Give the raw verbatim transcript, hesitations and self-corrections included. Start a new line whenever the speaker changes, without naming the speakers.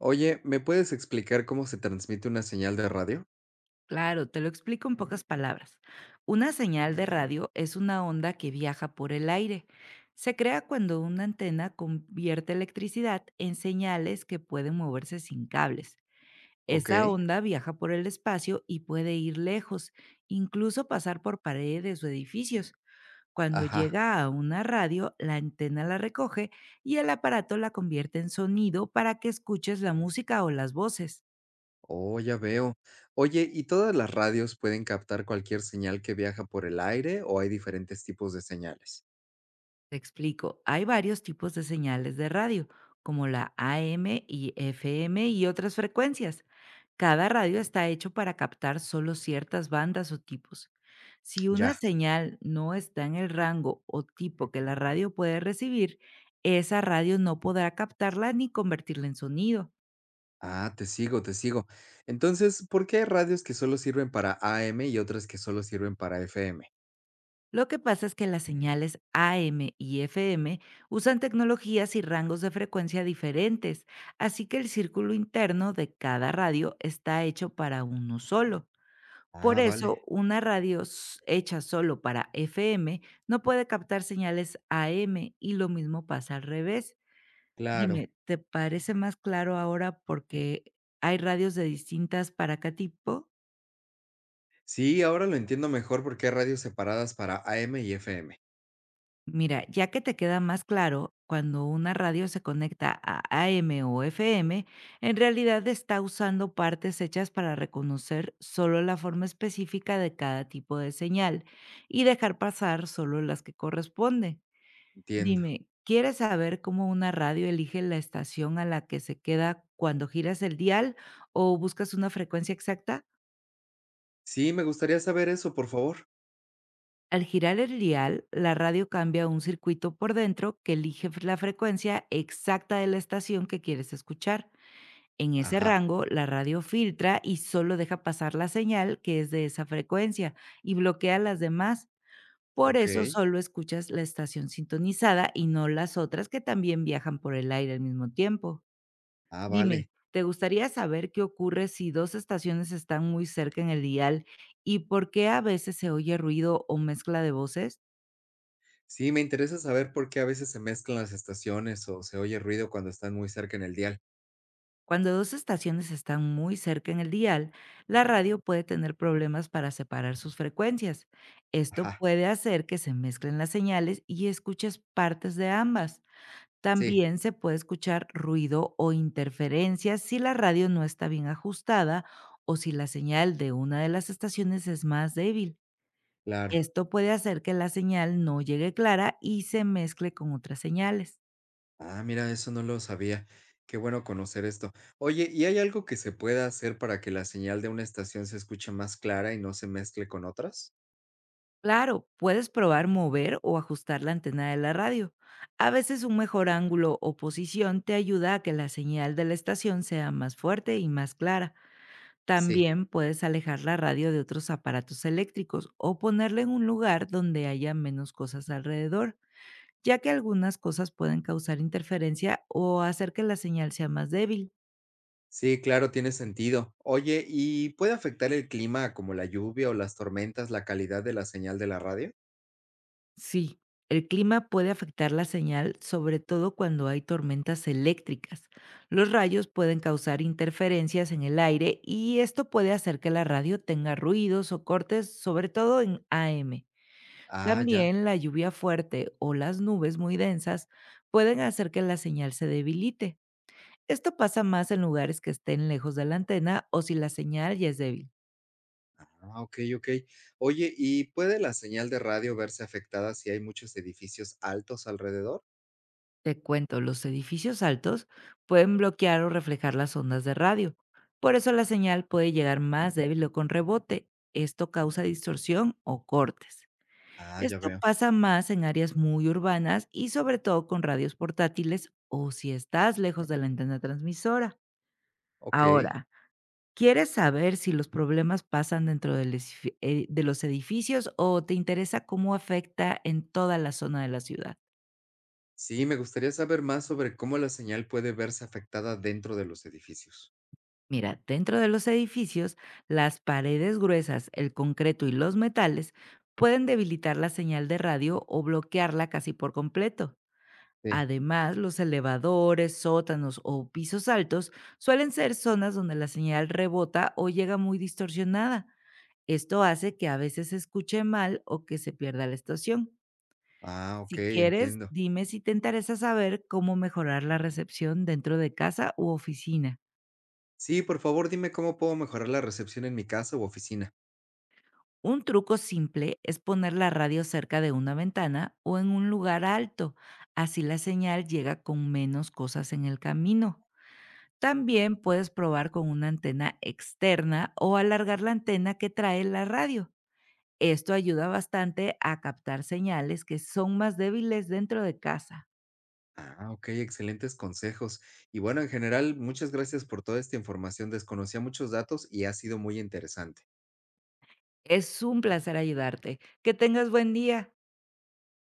Oye, ¿me puedes explicar cómo se transmite una señal de radio?
Claro, te lo explico en pocas palabras. Una señal de radio es una onda que viaja por el aire. Se crea cuando una antena convierte electricidad en señales que pueden moverse sin cables.
Ok,
Esa onda viaja por el espacio y puede ir lejos, incluso pasar por paredes o edificios. Cuando
ajá.
llega a una radio, la antena la recoge y el aparato la convierte en sonido para que escuches la música o las voces.
Oh, ya veo. Oye, ¿y todas las radios pueden captar cualquier señal que viaja por el aire o hay diferentes tipos de señales?
Te explico, hay varios tipos de señales de radio, como la A M y F M y otras frecuencias. Cada radio está hecho para captar solo ciertas bandas o tipos. Si una
Ya.
señal no está en el rango o tipo que la radio puede recibir, esa radio no podrá captarla ni convertirla en sonido.
Ah, te sigo, te sigo. Entonces, ¿por qué hay radios que solo sirven para A M y otras que solo sirven para F M?
Lo que pasa es que las señales A M y F M usan tecnologías y rangos de frecuencia diferentes, así que el círculo interno de cada radio está hecho para uno solo. Por
Ah,
eso,
vale,
una radio s- hecha solo para F M no puede captar señales A M y lo mismo pasa al revés.
claro.
Dime, ¿te parece más claro ahora porque hay radios de distintas para cada tipo?
Sí, ahora lo entiendo mejor porque hay radios separadas para A M y F M.
Mira, ya que te queda más claro, cuando una radio se conecta a AM o F M, en realidad está usando partes hechas para reconocer solo la forma específica de cada tipo de señal y dejar pasar solo las que corresponden.
Entiendo.
Dime, ¿quieres saber cómo una radio elige la estación a la que se queda cuando giras el dial o buscas una frecuencia exacta?
Sí, me gustaría saber eso, por favor.
Al girar el dial, la radio cambia a un circuito por dentro que elige la frecuencia exacta de la estación que quieres escuchar. En ese
Ajá,
rango, la radio filtra y solo deja pasar la señal que es de esa frecuencia y bloquea las demás. Por
ok.
eso solo escuchas la estación sintonizada y no las otras que también viajan por el aire al mismo tiempo.
Ah,
Dime,
vale.
¿te gustaría saber qué ocurre si dos estaciones están muy cerca en el dial y por qué a veces se oye ruido o mezcla de voces?
Sí, me interesa saber por qué a veces se mezclan las estaciones o se oye ruido cuando están muy cerca en el dial.
Cuando dos estaciones están muy cerca en el dial, la radio puede tener problemas para separar sus frecuencias. Esto
Ajá,
puede hacer que se mezclen las señales y escuches partes de ambas.
sí,
También se puede escuchar ruido o interferencias si la radio no está bien ajustada o si la señal de una de las estaciones es más débil.
claro.
Esto puede hacer que la señal no llegue clara y se mezcle con otras señales.
Ah, mira, eso no lo sabía. Qué bueno conocer esto. Oye, ¿y hay algo que se pueda hacer para que la señal de una estación se escuche más clara y no se mezcle con otras?
Claro, puedes probar mover o ajustar la antena de la radio. A veces un mejor ángulo o posición te ayuda a que la señal de la estación sea más fuerte y más clara.
Sí,
También puedes alejar la radio de otros aparatos eléctricos o ponerla en un lugar donde haya menos cosas alrededor, ya que algunas cosas pueden causar interferencia o hacer que la señal sea más débil.
sí, claro, tiene sentido. Oye, ¿y puede afectar el clima como la lluvia o las tormentas la calidad de la señal de la radio?
Sí, el clima puede afectar la señal, sobre todo cuando hay tormentas eléctricas. Los rayos pueden causar interferencias en el aire y esto puede hacer que la radio tenga ruidos o cortes, sobre todo en A M.
Ah, ya.
También la lluvia fuerte o las nubes muy densas pueden hacer que la señal se debilite. Esto pasa más en lugares que estén lejos de la antena o si la señal ya es débil.
Ah, okey, okey. Oye, ¿y puede la señal de radio verse afectada si hay muchos edificios altos alrededor?
Te cuento, los edificios altos pueden bloquear o reflejar las ondas de radio. Por eso la señal puede llegar más débil o con rebote. Esto causa distorsión o cortes.
Ah, ya
Esto
veo.
pasa más en áreas muy urbanas y sobre todo con radios portátiles o si estás lejos de la antena transmisora.
Okey.
Ahora, ¿quieres saber si los problemas pasan dentro del edifi- eh, de los edificios o te interesa cómo afecta en toda la zona de la ciudad?
Sí, me gustaría saber más sobre cómo la señal puede verse afectada dentro de los edificios.
Mira, dentro de los edificios, las paredes gruesas, el concreto y los metales pueden debilitar la señal de radio o bloquearla casi por completo.
Sí.
Además, los elevadores, sótanos o pisos altos suelen ser zonas donde la señal rebota o llega muy distorsionada. Esto hace que a veces se escuche mal o que se pierda la estación.
Ah,
Si
okey,
quieres,
entiendo.
dime si te interesa saber cómo mejorar la recepción dentro de casa u oficina.
Sí, por favor, dime cómo puedo mejorar la recepción en mi casa u oficina.
Un truco simple es poner la radio cerca de una ventana o en un lugar alto, así la señal llega con menos cosas en el camino. También puedes probar con una antena externa o alargar la antena que trae la radio. Esto ayuda bastante a captar señales que son más débiles dentro de casa.
Ah, okey, excelentes consejos. Y bueno, en general, muchas gracias por toda esta información. Desconocía muchos datos y ha sido muy interesante.
Es un placer ayudarte. Que tengas buen día.